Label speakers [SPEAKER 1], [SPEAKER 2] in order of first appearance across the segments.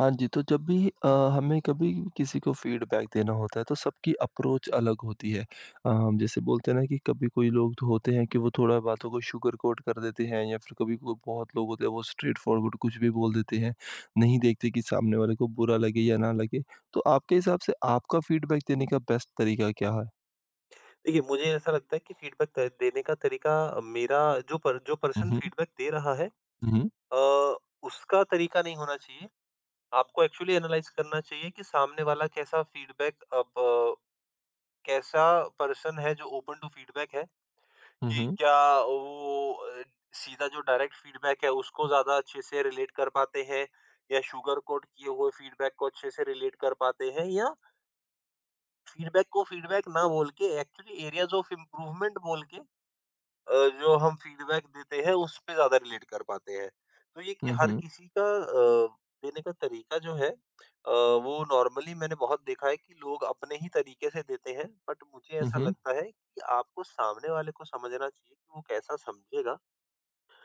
[SPEAKER 1] हाँ जी, तो जब भी हमें कभी किसी को फीडबैक देना होता है तो सबकी अप्रोच अलग होती है। हम जैसे बोलते हैं ना कि कभी कोई लोग तो होते हैं कि वो थोड़ा बातों को शुगर कोट कर देते हैं या फिर कभी कोई बहुत लोग होते हैं वो स्ट्रेट फॉरवर्ड कुछ भी बोल देते हैं, नहीं देखते कि सामने वाले को बुरा लगे या ना लगे। तो आपके हिसाब से आपका फीडबैक देने का बेस्ट तरीका क्या है?
[SPEAKER 2] देखिए, मुझे ऐसा लगता है कि फ़ीडबैक त देने का तरीका मेरा जो
[SPEAKER 1] हुँ,
[SPEAKER 2] पर्सन
[SPEAKER 1] हुँ।
[SPEAKER 2] फ़ीडबैक दे रहा है,
[SPEAKER 1] हुँ, हुँ।
[SPEAKER 2] अ, उसका तरीका नहीं होना चाहिए। आपको एक्चुअली एनालाइज़ करना चाहिए कि सामने वाला कैसा फ़ीडबैक अब अ, कैसा पर्सन है जो ओपन टू फ़ीडबैक है,
[SPEAKER 1] हुँ,
[SPEAKER 2] कि
[SPEAKER 1] हुँ।
[SPEAKER 2] क्या वो सीधा जो डायरेक्ट फ़ीडबैक है उसको ज़्यादा अच्छे से रिलेट कर पाते हैं, या शुगर कोट किए हुए फ़ीडबैक को अच्छे से रिलेट कर पाते हैं, या फ़ीडबैक को फ़ीडबैक ना बोल के एक्चुअली एरियाज़ ऑफ इम्प्रूवमेंट बोल के अ, जो हम फीडबैक देते हैं, उस पे ज़्यादा रिलेट कर पाते हैं। तो ये कि
[SPEAKER 1] हुँ,
[SPEAKER 2] हर
[SPEAKER 1] हुँ।
[SPEAKER 2] किसी का देने का तरीका जो है, वो नॉर्मली मैंने बहुत देखा है कि लोग अपने ही तरीके से देते हैं। बट मुझे ऐसा
[SPEAKER 1] हुँ,
[SPEAKER 2] लगता है कि आपको सामने वाले को समझना चाहिए कि वो कैसा समझेगा,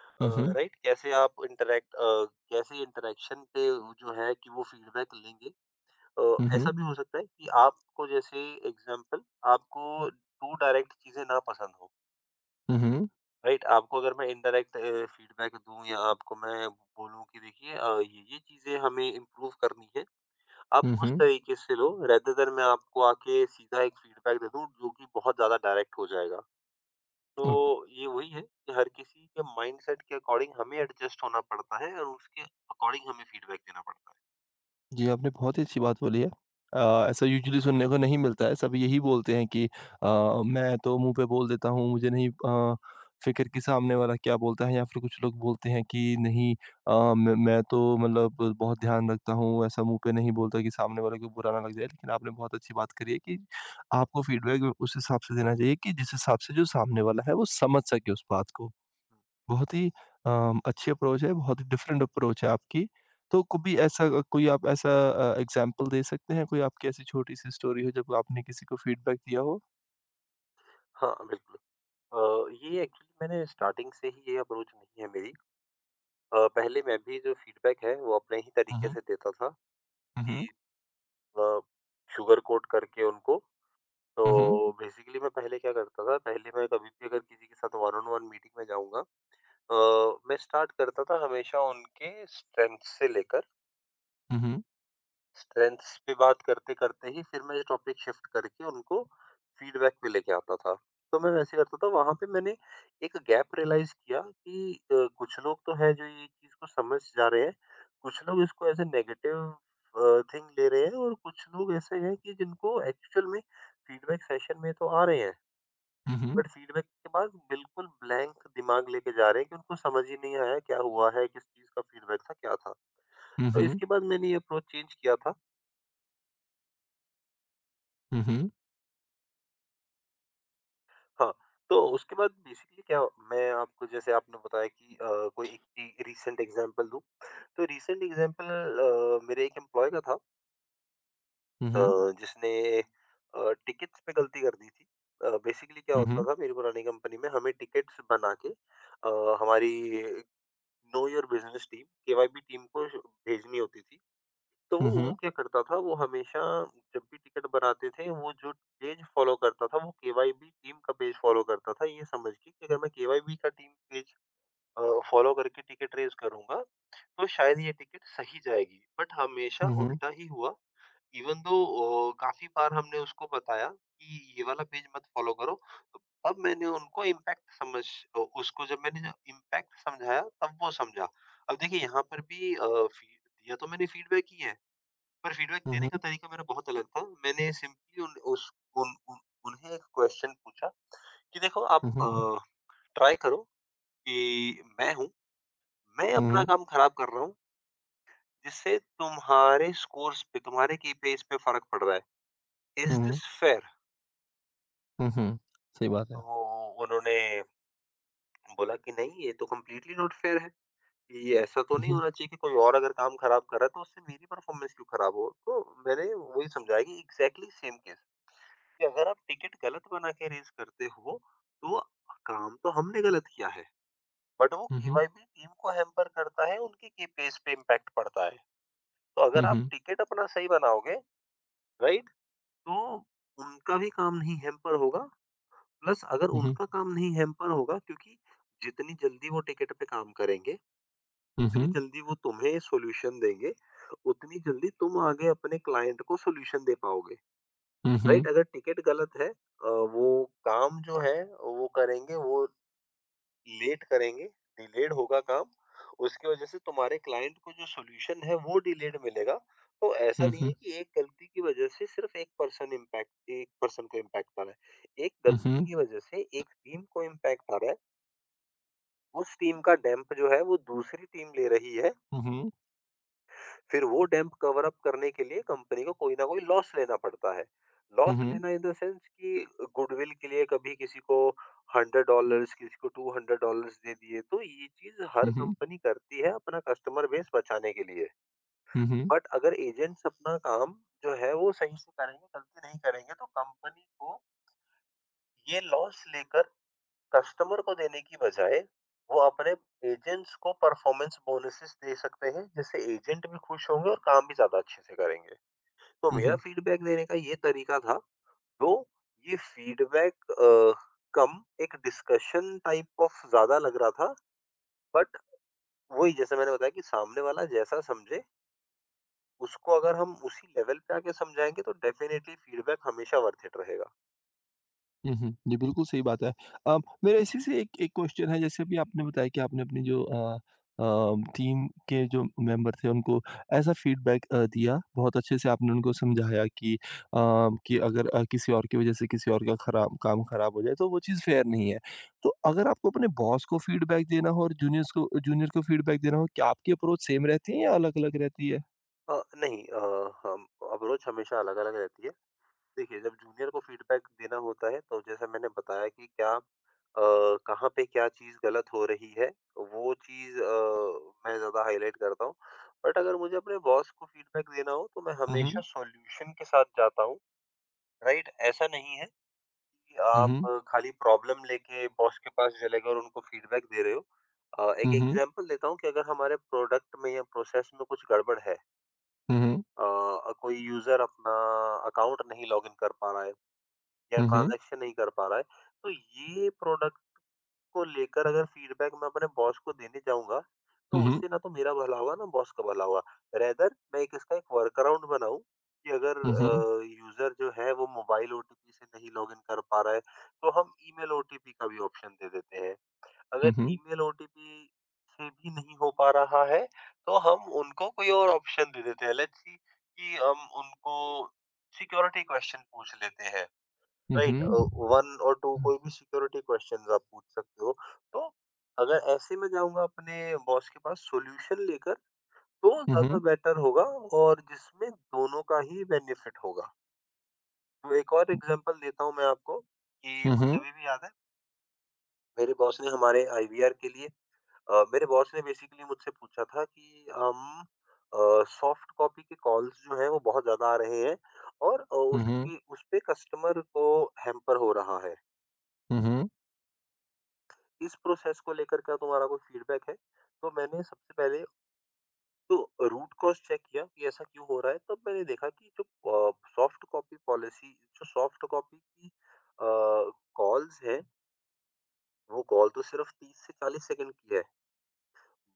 [SPEAKER 1] हुँ।
[SPEAKER 2] राइट? कैसे आप इंटरैक्ट अ, कैसे इंटरैक्शन पे वो जो है कि वो फीडबैक लेंगे।
[SPEAKER 1] हुँ,
[SPEAKER 2] अ, ऐसा
[SPEAKER 1] हुँ।
[SPEAKER 2] भी हो सकता है कि आपको, जैसे एग्ज़ाम्पल, आपको 2 डायरेक्ट चीज़ें ना पसंद हो।
[SPEAKER 1] हुँ, हुँ।
[SPEAKER 2] राइट, आपको अगर मैं इनडायरेक्ट फीडबैक दूं, या आपको मैं बोलूं कि देखिए, ये चीजें हमें इम्प्रूव करनी है,
[SPEAKER 1] हुँ,
[SPEAKER 2] आप
[SPEAKER 1] हुँ।
[SPEAKER 2] उस
[SPEAKER 1] हुँ,
[SPEAKER 2] तरीके से लो, रेदर देन मैं आपको आके सीधा एक फीडबैक दे दूं जो कि बहुत ज्यादा डायरेक्ट हो जाएगा। तो
[SPEAKER 1] हुँ।
[SPEAKER 2] ये वही है कि हर किसी के माइंडसेट के अकॉर्डिंग हमें एडजस्ट होना पड़ता है, और उसके अकॉर्डिंग हमें फीडबैक देना पड़ता है।
[SPEAKER 1] जी, आपने बहुत ही अच्छी बात बोली है। ऐसा यूजुअली सुनने को नहीं मिलता है, सब यही बोलते हैं कि अ, मैं तो मुँह पे बोल देता हूँ, मुझे नहीं फ़िक्र कि सामने वाला क्या बोलता है या फिर कुछ लोग बोलते हैं कि नहीं मैं तो मतलब बहुत ध्यान रखता हूँ, ऐसा मुँह पे नहीं बोलता कि सामने वाले को बुरा ना लग जाए। लेकिन आपने बहुत अच्छी बात करी है कि आपको फ़ीडबैक उस हिसाब से देना चाहिए कि जिस हिसाब से जो सामने वाला है, वो समझ सके उस बात को। बहुत ही अच्छी अप्रोच है, बहुत ही डिफरेंट अप्रोच है आपकी। तो कभी ऐसा कोई आप ऐसा एग्ज़ाम्पल दे सकते हैं? कोई आपकी ऐसी छोटी-सी स्टोरी हो जब आपने किसी को फीडबैक दिया हो?
[SPEAKER 2] हाँ, बिल्कुल। अ, ये एक्चुअली मैंने स्टार्टिंग से ही, ये अप्रोच नहीं है मेरी। पहले मैं भी जो फीडबैक है वो अपने ही
[SPEAKER 1] हुँ,
[SPEAKER 2] तरीके
[SPEAKER 1] हुँ।
[SPEAKER 2] से देता था,
[SPEAKER 1] हुँ, हुँ।
[SPEAKER 2] अ, शुगर कोट करके उनको। तो
[SPEAKER 1] हुँ, हुँ।
[SPEAKER 2] बेसिकली मैं पहले क्या करता था, पहले मैं कभी भी अगर किसी के साथ वन ऑन वन मीटिंग में जाऊँगा, अ, मैं स्टार्ट करता था हमेशा उनके स्ट्रेंथ से लेकर
[SPEAKER 1] हुँ, हुँ।
[SPEAKER 2] स्ट्रेंथ्स पे बात करते-करते, ही फिर मैं ये टॉपिक शिफ्ट करके उनको फीडबैक पे लेके आता था। तो मैं वैसे करता था, वहाँ पे मैंने एक गैप रियलाइज़ किया कि कुछ लोग तो हैं जो ये चीज़ को समझ जा रहे हैं, कुछ लोग इसको एज़ अ नेगेटिव थिंग ले रहे हैं, और कुछ लोग ऐसे हैं कि जिनको एक्चुअल में फीडबैक सेशन में तो आ रहे हैं,
[SPEAKER 1] हुँ, हुँ।
[SPEAKER 2] बट फीडबैक के बाद बिल्कुल ब्लैंक दिमाग लेके जा रहे हैं, कि उनको समझ ही नहीं आया क्या हुआ है, किस चीज़ का फीडबैक था, क्या था?
[SPEAKER 1] हुँ,
[SPEAKER 2] तो
[SPEAKER 1] हुँ।
[SPEAKER 2] इसके बाद मैंने ये अप्रोच चेंज किया था। हाँ, तो उसके बाद बेसिकली क्या, मैं आपको, जैसे आपने बताया कि कोई एक ए रीसेंट एग्ज़ाम्पल दूँ, तो रीसेंट एग्ज़ाम्पल मेरे एक एम्प्लॉयी का था,
[SPEAKER 1] हुँ, हुँ।
[SPEAKER 2] जिसने टिकट्स पे गलती कर दी थी। बेसिकली क्या
[SPEAKER 1] हुँ,
[SPEAKER 2] होता
[SPEAKER 1] हुँ।
[SPEAKER 2] था, मेरी पुरानी कंपनी में हमें टिकट्स बना के हमारी know your business team, KYB team को भेजनी होती थी। तो
[SPEAKER 1] हुँ,
[SPEAKER 2] वो
[SPEAKER 1] हुँ।
[SPEAKER 2] क्या करता था, वो हमेशा जब भी टिकट बनाते थे, वो जो पेज फ़ॉलो करता था, वो केवाईबी टीम का पेज फ़ॉलो करता था, ये समझ के कि अगर मैं केवाईबी का टीम पेज अ, फ़ॉलो करके टिकट रेज़ करूँगा, तो शायद ये टिकट सही जाएगी। बट हमेशा उल्टा ही हुआ। इवन दो काफ़ी बार हमने उसको बताया कि ये वाला पेज मत फ़ॉलो करो। तब मैंने उनको इम्पैक्ट समझ अ, उसको जब मैंने इम्पैक्ट समझाया, तब वो समझा। अब देखिए यहाँ पर भी, अ, फ़ी दिया तो मैंने फ़ीडबैक ही है। पर फीडबैक देने
[SPEAKER 1] हुँ,
[SPEAKER 2] का तरीका मेरा बहुत अलग था। मैंने सिंपली उन उस उन उन उन्हें एक क्वेश्चन पूछा कि देखो, आप
[SPEAKER 1] हुँ।
[SPEAKER 2] ट्राई करो कि मैं अपना काम खराब कर रहा हूँ, जिससे तुम्हारे स्कोर्स पे, तुम्हारे कीपीआईज़ पे फ़र्क पड़ रहा है। Is
[SPEAKER 1] hmm,
[SPEAKER 2] this fair?
[SPEAKER 1] हुँ, हुँ। सही बात है।
[SPEAKER 2] तो उन्होंने बोला कि नहीं, ये तो कंप्लीटली नॉट फेयर है। ये ऐसा तो
[SPEAKER 1] हुँ,
[SPEAKER 2] नहीं
[SPEAKER 1] हुँ।
[SPEAKER 2] होना चाहिए कि कोई और अगर काम खराब कर रहा है, तो उससे मेरी परफ़ॉर्मेंस क्यों खराब हो? तो मैंने वही समझाया कि एग्ज़ैक्टली सेम केस, कि अगर आप टिकट गलत बना के रेज़ करते हो, तो काम तो हमने गलत किया है, बट वो
[SPEAKER 1] हुँ, हुँ।
[SPEAKER 2] केवाईबी टीम को हैम्पर करता है, उनके केपीएस पे इम्पैक्ट पड़ता है। तो
[SPEAKER 1] हुँ,
[SPEAKER 2] अगर आप
[SPEAKER 1] हुँ।
[SPEAKER 2] टिकट अपना सही बनाओगे, राइट? तो उनका भी काम नहीं हैम्पर होगा, प्लस अगर
[SPEAKER 1] हुँ, हुँ।
[SPEAKER 2] उनका काम नहीं हैम्पर होगा, क्योंकि जितनी जल्दी वो टिकट पे काम करेंगे,
[SPEAKER 1] हुँ,
[SPEAKER 2] उतनी
[SPEAKER 1] हुँ।
[SPEAKER 2] जल्दी वो तुम्हें सॉल्यूशन देंगे, उतनी जल्दी तुम आगे अपने क्लाइंट को सॉल्यूशन दे पाओगे।
[SPEAKER 1] हुँ,
[SPEAKER 2] राइट,
[SPEAKER 1] हुँ।
[SPEAKER 2] अगर टिकट गलत है, वो काम जो है वो करेंगे, वो लेट करेंगे, डिलेड होगा काम, उसकी वजह से तुम्हारे क्लाइंट को जो सॉल्यूशन है वो डिलेड मिलेगा। तो ऐसा
[SPEAKER 1] हुँ,
[SPEAKER 2] नहीं है
[SPEAKER 1] हुँ।
[SPEAKER 2] कि एक गलती की वजह से सिर्फ एक पर्सन को इम्पैक्ट आ रहा है, एक
[SPEAKER 1] हुँ,
[SPEAKER 2] गलती
[SPEAKER 1] हुँ।
[SPEAKER 2] की वजह से एक टीम को इम्पैक्ट आ रहा है, उस टीम का डैम्प जो है वो दूसरी टीम ले रही है।
[SPEAKER 1] हुँ, हुँ।
[SPEAKER 2] फिर वो डैम्प कवर अप करने के लिए कंपनी को कोई ना कोई लॉस लेना पड़ता है। लॉस
[SPEAKER 1] हुँ, हुँ।
[SPEAKER 2] लेना इन द सेंस कि गुडविल के लिए कभी किसी को $100, किसी को $200 दे दिए, तो ये चीज़ हर
[SPEAKER 1] हुँ, हुँ।
[SPEAKER 2] कंपनी करती है, अपना कस्टमर बेस बचाने के लिए।
[SPEAKER 1] हुँ,
[SPEAKER 2] बट अगर एजेंट्स अपना काम जो है वो सही से करेंगे, गलती नहीं करेंगे, तो कंपनी को ये लॉस लेकर कस्टमर को देने की बजाय, वो अपने एजेंट्स को परफॉर्मेंस बोनसेस दे सकते हैं, जिससे एजेंट भी खुश होंगे और काम भी ज़्यादा अच्छे से करेंगे। तो मेरा
[SPEAKER 1] हुँ।
[SPEAKER 2] फीडबैक देने का ये तरीका था। तो ये फीडबैक कम, एक डिस्कशन टाइप ऑफ ज्यादा लग रहा था, बट वही जैसे मैंने बताया कि सामने वाला जैसा समझे, उसको अगर हम उसी लेवल पे आके समझाएंगे, तो डेफिनेटली फीडबैक हमेशा वर्थ इट रहेगा।
[SPEAKER 1] हुँ, हुँ। जी, बिल्कुल सही बात है। अ, मेरा इसी से एक एक क्वेश्चन है जैसे अभी आपने बताया कि आपने अपनी जो अ, टीम के जो मेंबर थे उनको ऐसा फीडबैक दिया, बहुत अच्छे से आपने उनको समझाया कि कि अगर किसी और की वज़ह से किसी और का खराब काम खराब हो जाए तो वो चीज़ फ़ेयर नहीं है। तो अगर आपको अपने बॉस को फीडबैक देना हो और जूनियर को फीडबैक देना हो, क्या आपकी अप्रोच सेम रहती है या अलग-अलग रहती है?
[SPEAKER 2] नहीं, हम अप्रोच हमेशा अलग अलग रहती है। देखिए, जब जूनियर को फीडबैक देना होता है, तो जैसा मैंने बताया कि अ, कहाँ पे क्या चीज़ गलत हो रही है, वो चीज़ मैं ज़्यादा हाइलाइट करता हूँ। बट अगर मुझे अपने बॉस को फीडबैक देना हो, तो मैं
[SPEAKER 1] हुँ,
[SPEAKER 2] हमेशा
[SPEAKER 1] हुँ।
[SPEAKER 2] सॉल्यूशन के साथ जाता हूँ, राइट? ऐसा नहीं है कि
[SPEAKER 1] हुँ,
[SPEAKER 2] आप
[SPEAKER 1] हुँ।
[SPEAKER 2] खाली प्रॉब्लम लेके बॉस के पास चले गए और उनको फीडबैक दे रहे हो। एक
[SPEAKER 1] हुँ, हुँ।
[SPEAKER 2] एग्ज़ाम्पल देता हूँ कि अगर हमारे प्रोडक्ट में या प्रोसेस में कुछ गड़बड़ है,
[SPEAKER 1] हुँ,
[SPEAKER 2] अ, कोई यूज़र अपना अकाउंट नहीं लॉगिन कर पा रहा है, या
[SPEAKER 1] हुँ।
[SPEAKER 2] ट्रांज़ैक्शन नहीं कर पा रहा है। तो ये प्रोडक्ट को लेकर अगर फ़ीडबैक मैं अपने बॉस को देने जाऊँगा,
[SPEAKER 1] हुँ,
[SPEAKER 2] तो
[SPEAKER 1] हुँ।
[SPEAKER 2] उससे ना तो मेरा भला होगा, ना बॉस का भला होगा। रेदर मैं एक इसका एक वर्कअराउंड बनाऊँ कि अगर
[SPEAKER 1] हुँ, हुँ।
[SPEAKER 2] यूज़र जो है वो मोबाइल ओटीपी से नहीं लॉगिन कर पा रहा है, तो हम ईमेल ओटीपी का भी ऑप्शन दे देते हैं। अगर
[SPEAKER 1] हुँ, हुँ।
[SPEAKER 2] ईमेल ओटीपी से भी नहीं हो पा रहा है, तो हम उनको कोई और ऑप्शन दे देते हैं। लेट्स सी कि हम उनको सिक्योरिटी क्वेश्चन पूछ लेते हैं।
[SPEAKER 1] हुँ,
[SPEAKER 2] राइट,
[SPEAKER 1] हुँ।
[SPEAKER 2] 1 और 2
[SPEAKER 1] हुँ, हुँ।
[SPEAKER 2] कोई भी सिक्योरिटी क्वेश्चंस आप पूछ सकते हो। तो अगर ऐसे में जाऊँगा अपने बॉस के पास सॉल्यूशन लेकर, तो
[SPEAKER 1] हुँ,
[SPEAKER 2] ज़्यादा
[SPEAKER 1] हुँ।
[SPEAKER 2] बेटर होगा, और जिसमें दोनों का ही बेनिफिट होगा। तो एक और एग्ज़ाम्पल देता हूँ मैं आपको, कि
[SPEAKER 1] Mhm,
[SPEAKER 2] मुझे अभी भी याद है, मेरे बॉस ने हमारे आईवीआर के लिए मेरे बॉस ने बेसिकली मुझसे पूछा था कि हम सॉफ्ट कॉपी के कॉल्स जो हैं वो बहुत ज़्यादा आ रहे हैं, और
[SPEAKER 1] mhm,
[SPEAKER 2] उसकी उसपे कस्टमर को हैम्पर हो रहा है।
[SPEAKER 1] mhm,
[SPEAKER 2] इस प्रोसेस को लेकर क्या तुम्हारा कोई फीडबैक है? तो मैंने सबसे पहले तो रूट कॉज़ चेक किया कि ऐसा क्यों हो रहा है, तब मैंने देखा कि जो सॉफ्ट कॉपी पॉलिसी जो सॉफ्ट कॉपी की कॉल्स हैं, वो कॉल तो सिर्फ़ 30 से 40 सेकंड की है।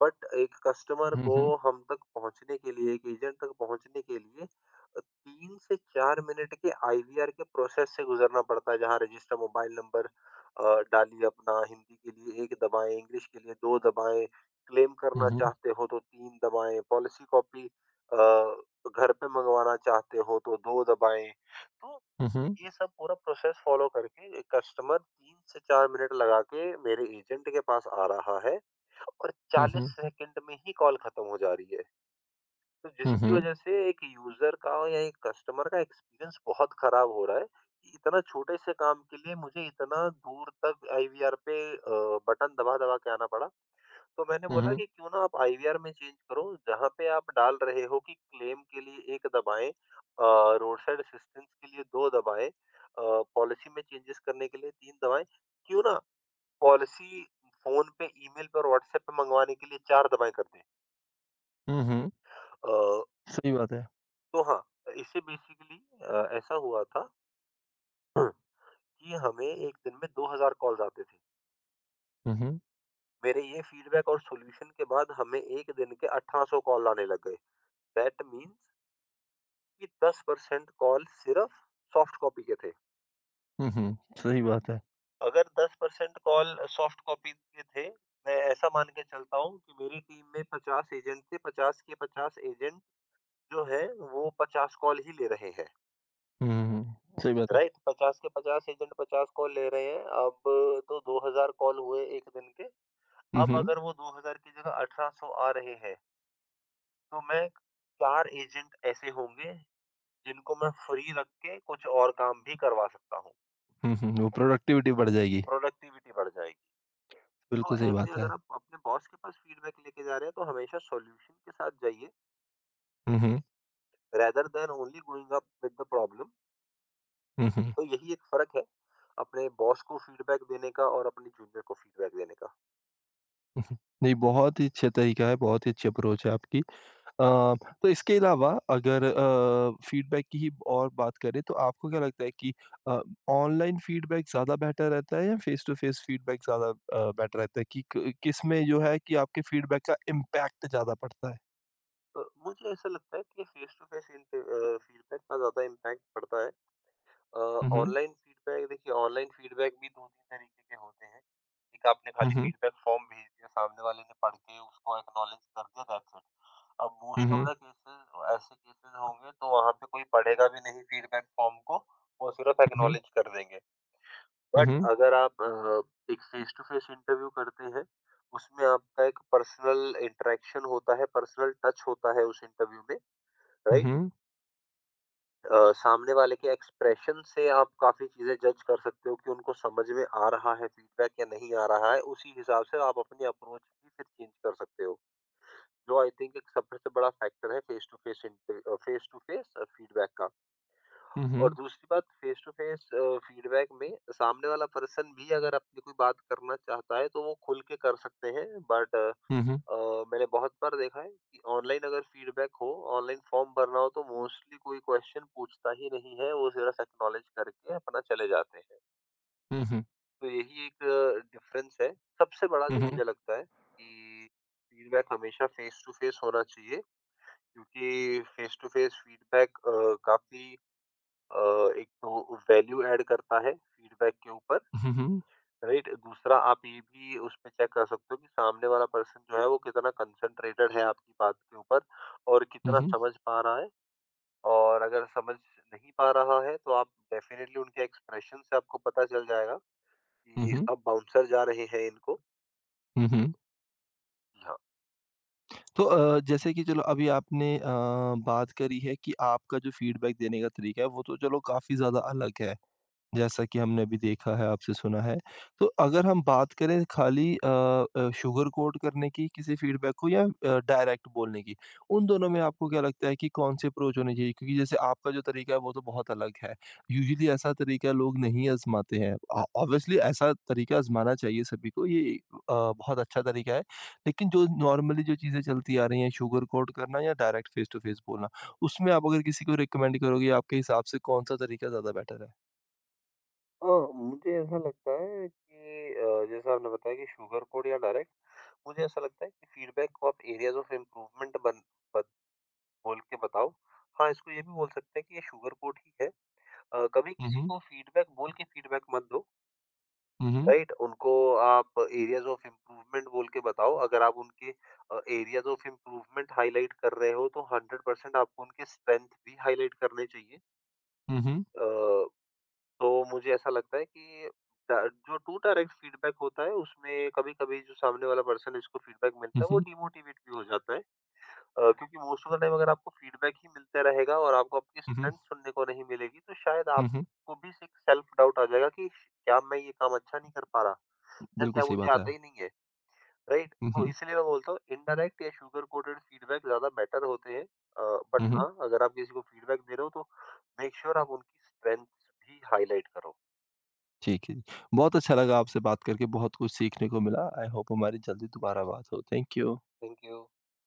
[SPEAKER 2] बट एक कस्टमर को
[SPEAKER 1] mhm,
[SPEAKER 2] हम तक पहुँचने के लिए, एक एजेंट तक पहुँचने के लिए 3 से 4 मिनट के आईवीआर के प्रोसेस से गुज़रना पड़ता है, जहाँ रजिस्टर मोबाइल नंबर डालिए अपना, हिंदी के लिए 1 दबाएँ, इंग्लिश के लिए 2 दबाएँ, क्लेम करना
[SPEAKER 1] mhm,
[SPEAKER 2] चाहते हो तो 3 दबाएँ, पॉलिसी कॉपी अ, घर पे मँगवाना चाहते हो तो 2 दबाएँ। तो
[SPEAKER 1] mhm,
[SPEAKER 2] ये सब पूरा प्रोसेस फ़ॉलो करके कस्टमर 3 से 4 मिनट लगा के मेरे एजेंट के पास आ रहा है और 40
[SPEAKER 1] mhm,
[SPEAKER 2] सेकंड में ही कॉल खत्म हो जा रही है। तो जिसकी
[SPEAKER 1] mhm,
[SPEAKER 2] वजह से एक यूज़र का या एक कस्टमर का एक्सपीरियंस बहुत खराब हो रहा है कि इतना छोटे से काम के लिए मुझे इतना दूर तक आईवीआर पे बटन दबा-दबा के आना पड़ा। तो मैंने बोला
[SPEAKER 1] mhm,
[SPEAKER 2] कि क्यों ना आप आईवीआर में चेंज करो, जहाँ पे आप डाल रहे हो कि क्लेम के लिए 1 दबाएँ रोड साइड असिस्टेंस के लिए 2 दबाएँ पॉलिसी में चेंजेज़ करने के लिए 3 दबाएँ, क्यों ना पॉलिसी फ़ोन पे, ईमेल पे और व्हाट्सएप पे मँगवाने के लिए 4 दबाएँ कर दें।
[SPEAKER 1] mhm।
[SPEAKER 2] अ,
[SPEAKER 1] सही बात है।
[SPEAKER 2] तो हाँ, इससे बेसिकली ऐसा हुआ था कि हमें 1 दिन में 2000 कॉल्स आते थे।
[SPEAKER 1] उहुँ,
[SPEAKER 2] मेरे ये फीडबैक और सॉल्यूशन के बाद हमें 1 दिन के 1800 कॉल आने लग गए। दैट मीन्स कि 10% कॉल सिर्फ सॉफ्ट कॉपी के थे।
[SPEAKER 1] उहुँ। सही बात है।
[SPEAKER 2] अगर 10% कॉल सॉफ्ट कॉपी के थे, मैं ऐसा मान के चलता हूँ कि मेरी टीम में 50 एजेंट थे, 50 के 50 एजेंट जो हैं, वो 50 कॉल ही ले रहे हैं,
[SPEAKER 1] उहुँ, सही बात है।
[SPEAKER 2] राइट? 50 के 50 एजेंट 50 कॉल ले रहे हैं, अब तो 2000 कॉल हुए 1 दिन के। अब
[SPEAKER 1] उहुँ,
[SPEAKER 2] अगर वो 2000 की जगह 1800 आ रहे हैं, तो मैं 4 एजेंट ऐसे होंगे, जिनको मैं फ्री रख के कुछ और काम भी करवा सकता हूँ,
[SPEAKER 1] उहुँ, वो प्रोडक्टिविटी बढ़ जाएगी।
[SPEAKER 2] प्रोडक्टिविटी बढ़ जाएगी। तो
[SPEAKER 1] बिल्कुल सही
[SPEAKER 2] ऐसे
[SPEAKER 1] बात है।
[SPEAKER 2] अगर आप अपने बॉस के पास फीडबैक लेके जा रहे हैं तो हमेशा सॉल्यूशन के साथ जाइए,
[SPEAKER 1] उहुँ,
[SPEAKER 2] rather than only going up with the problem.
[SPEAKER 1] उहुँ,
[SPEAKER 2] तो यही एक फर्क है अपने बॉस को फीडबैक देने का और अपने जूनियर को फीडबैक देने का।
[SPEAKER 1] उहुँ। नहीं, बहुत ही अच्छा तरीका है, बहुत ही अच्छी अप्रोच है आपकी। अ, तो इसके अलावा अगर फीडबैक की ही और बात करें तो आपको क्या लगता है कि अ, ऑनलाइन फीडबैक ज़्यादा बेहतर रहता है या फेस टू फेस फीडबैक ज़्यादा बेटर रहता है कि किस में जो है कि आपके फीडबैक का इम्पैक्ट ज़्यादा पड़ता है?
[SPEAKER 2] तो मुझे ऐसा लगता है कि फेस टू फेस फीडबैक का ज्यादा इम्पैक्ट पड़ता है। अ,
[SPEAKER 1] Mhm,
[SPEAKER 2] ऑनलाइन फीडबैक देखिए, ऑनलाइन फीडबैक भी 2-3 तरीके के होते हैं। एक आपने खाली
[SPEAKER 1] mhm,
[SPEAKER 2] फीडबैक फॉर्म भेज दिया, सामने वाले ने पढ़ के उसको एक्नॉलेज कर दिया, दैट्स इट। अब most
[SPEAKER 1] mhm,
[SPEAKER 2] of the cases ऐसे केसेज़ होंगे तो वहाँ पे कोई पढ़ेगा भी नहीं फीडबैक फॉर्म को, वो सिर्फ
[SPEAKER 1] mhm,
[SPEAKER 2] एक्नॉलेज कर देंगे। बट
[SPEAKER 1] mhm,
[SPEAKER 2] अगर आप एक फेस टू फेस इंटरव्यू करते हैं, उसमें आपका एक पर्सनल इंटरेक्शन होता है, पर्सनल टच होता है उस इंटरव्यू में, राइट?
[SPEAKER 1] mhm,
[SPEAKER 2] सामने वाले के एक्सप्रेशन से आप काफ़ी चीज़ें जज कर सकते हो कि उनको समझ में आ रहा है फीडबैक या नहीं आ रहा है, उसी हिसाब से आप अपनी अप्रोच भी फिर चेंज कर सकते हो। जो आई थिंक एक सबसे बड़ा फैक्टर है face to face face to face feedback का। और
[SPEAKER 1] mhm,
[SPEAKER 2] दूसरी बात, फेस टू फेस फीडबैक में सामने वाला पर्सन भी अगर अपनी कोई बात करना चाहता है, तो वो खुल के कर सकते हैं। बट अ,
[SPEAKER 1] mhm,
[SPEAKER 2] मैंने बहुत बार देखा है कि ऑनलाइन अगर फीडबैक हो, ऑनलाइन फॉर्म भरना हो तो मोस्टली कोई क्वेश्चन पूछता ही नहीं है, वो सिर्फ एक्नॉलेज करके अपना चले जाते हैं।
[SPEAKER 1] mhm,
[SPEAKER 2] तो यही एक डिफरेंस है सबसे बड़ा, जो
[SPEAKER 1] mhm,
[SPEAKER 2] मुझे लगता है कि फीडबैक हमेशा फेस टू फेस होना चाहिए, क्योंकि फेस टू फेस फीडबैक काफ़ी अ, एक तो वैल्यू ऐड करता है फीडबैक के ऊपर।
[SPEAKER 1] mhm,
[SPEAKER 2] राइट, दूसरा आप ये भी उसपे चेक कर सकते हो कि सामने वाला पर्सन जो है वो कितना कंसंट्रेटेड है आपकी बात के ऊपर और कितना
[SPEAKER 1] mhm,
[SPEAKER 2] समझ पा रहा है, और अगर समझ नहीं पा रहा है तो आप डेफिनेटली उनके एक्सप्रेशन से आपको पता चल जाएगा कि
[SPEAKER 1] mhm,
[SPEAKER 2] सब बाउंसर जा रहे हैं इनको।
[SPEAKER 1] mhm.
[SPEAKER 2] जी हाँ।
[SPEAKER 1] तो जैसे कि चलो अभी आपने बात करी है कि आपका जो फीडबैक देने का तरीका है वो तो चलो काफ़ी ज़्यादा अलग है जैसा कि हमने अभी देखा है, आपसे सुना है। तो अगर हम बात करें खाली शुगर कोट करने की किसी फीडबैक को या डायरेक्ट बोलने की, उन दोनों में आपको क्या लगता है कि कौन-सी अप्रोच होनी चाहिए? क्योंकि जैसे आपका जो तरीका है वो तो बहुत अलग है। यूजुअली ऐसा तरीका लोग नहीं आज़माते हैं। ऑ ऑब्वियसली ऐसा तरीका आज़माना चाहिए सभी को, ये बहुत अच्छा तरीका है। लेकिन जो नॉर्मली जो चीज़ें चलती आ रही हैं, शुगर कोट करना या डायरेक्ट फेस टू फेस बोलना, उसमें आप अगर किसी को रिकमेंड करोगे, आपके हिसाब से कौन-सा तरीका ज़्यादा बेटर है?
[SPEAKER 2] हाँ, मुझे ऐसा लगता है कि जैसा आपने बताया कि शुगर कोड या डायरेक्ट, मुझे ऐसा लगता है कि फीडबैक को आप एरियाज ऑफ इम्प्रूवमेंट बत- बोल के बताओ। हाँ, इसको ये भी बोल सकते हैं कि ये शुगर कोड ही है। कभी
[SPEAKER 1] हुँ,
[SPEAKER 2] किसी
[SPEAKER 1] हुँ।
[SPEAKER 2] को फीडबैक बोल के फीडबैक मत दो,
[SPEAKER 1] हुँ, हुँ।
[SPEAKER 2] राइट? उनको आप एरियाज़ ऑफ इम्प्रूवमेंट बोल के बताओ। अगर आप उनके एरियाज़ ऑफ इम्प्रूवमेंट हाइलाइट कर रहे हो, तो 100% आपको उनके स्ट्रेंथ भी हाइलाइट करने चाहिए।
[SPEAKER 1] हुँ, हुँ।
[SPEAKER 2] अ, तो मुझे ऐसा लगता है कि ड जो टू डायरेक्ट फीडबैक होता है, उसमें कभी-कभी जो सामने वाला पर्सन है, जिसको फीडबैक मिलता
[SPEAKER 1] हुँ,
[SPEAKER 2] है, वो
[SPEAKER 1] हुँ।
[SPEAKER 2] डिमोटिवेट भी हो जाता है। क्योंकि मोस्ट ऑफ द टाइम अगर आपको फीडबैक ही मिलता रहेगा और आपको आपकी
[SPEAKER 1] हुँ, हुँ।
[SPEAKER 2] स्ट्रेंथ सुनने को नहीं मिलेगी, तो शायद
[SPEAKER 1] हुँ, हुँ।
[SPEAKER 2] आपको भी एक सेल्फ डाउट आ जाएगा कि क्या मैं ये काम अच्छा नहीं कर पा रहा? या
[SPEAKER 1] बिल्कुल
[SPEAKER 2] क्या
[SPEAKER 1] सही
[SPEAKER 2] मुझे
[SPEAKER 1] बात है।
[SPEAKER 2] आता ही नहीं है, राइट?
[SPEAKER 1] हुँ,
[SPEAKER 2] तो
[SPEAKER 1] हुँ।
[SPEAKER 2] इसलिए मैं बोलता हूँ इनडायरेक्ट या शुगर कोटेड फीडबैक ज़्यादा बेटर होते हैं। बट
[SPEAKER 1] हुँ, हुँ।
[SPEAKER 2] हाँ, अगर आप किसी को फीडबैक दे रहे हो तो मेक श्योर आप उनकी स्ट्रेंथ्स भी हाइलाइट करो।
[SPEAKER 1] ठीक है। जी। बहुत अच्छा लगा आपसे बात करके, बहुत कुछ सीखने को मिला। आई होप हमारी जल्दी दोबारा बात हो। Thank you.
[SPEAKER 2] Thank you.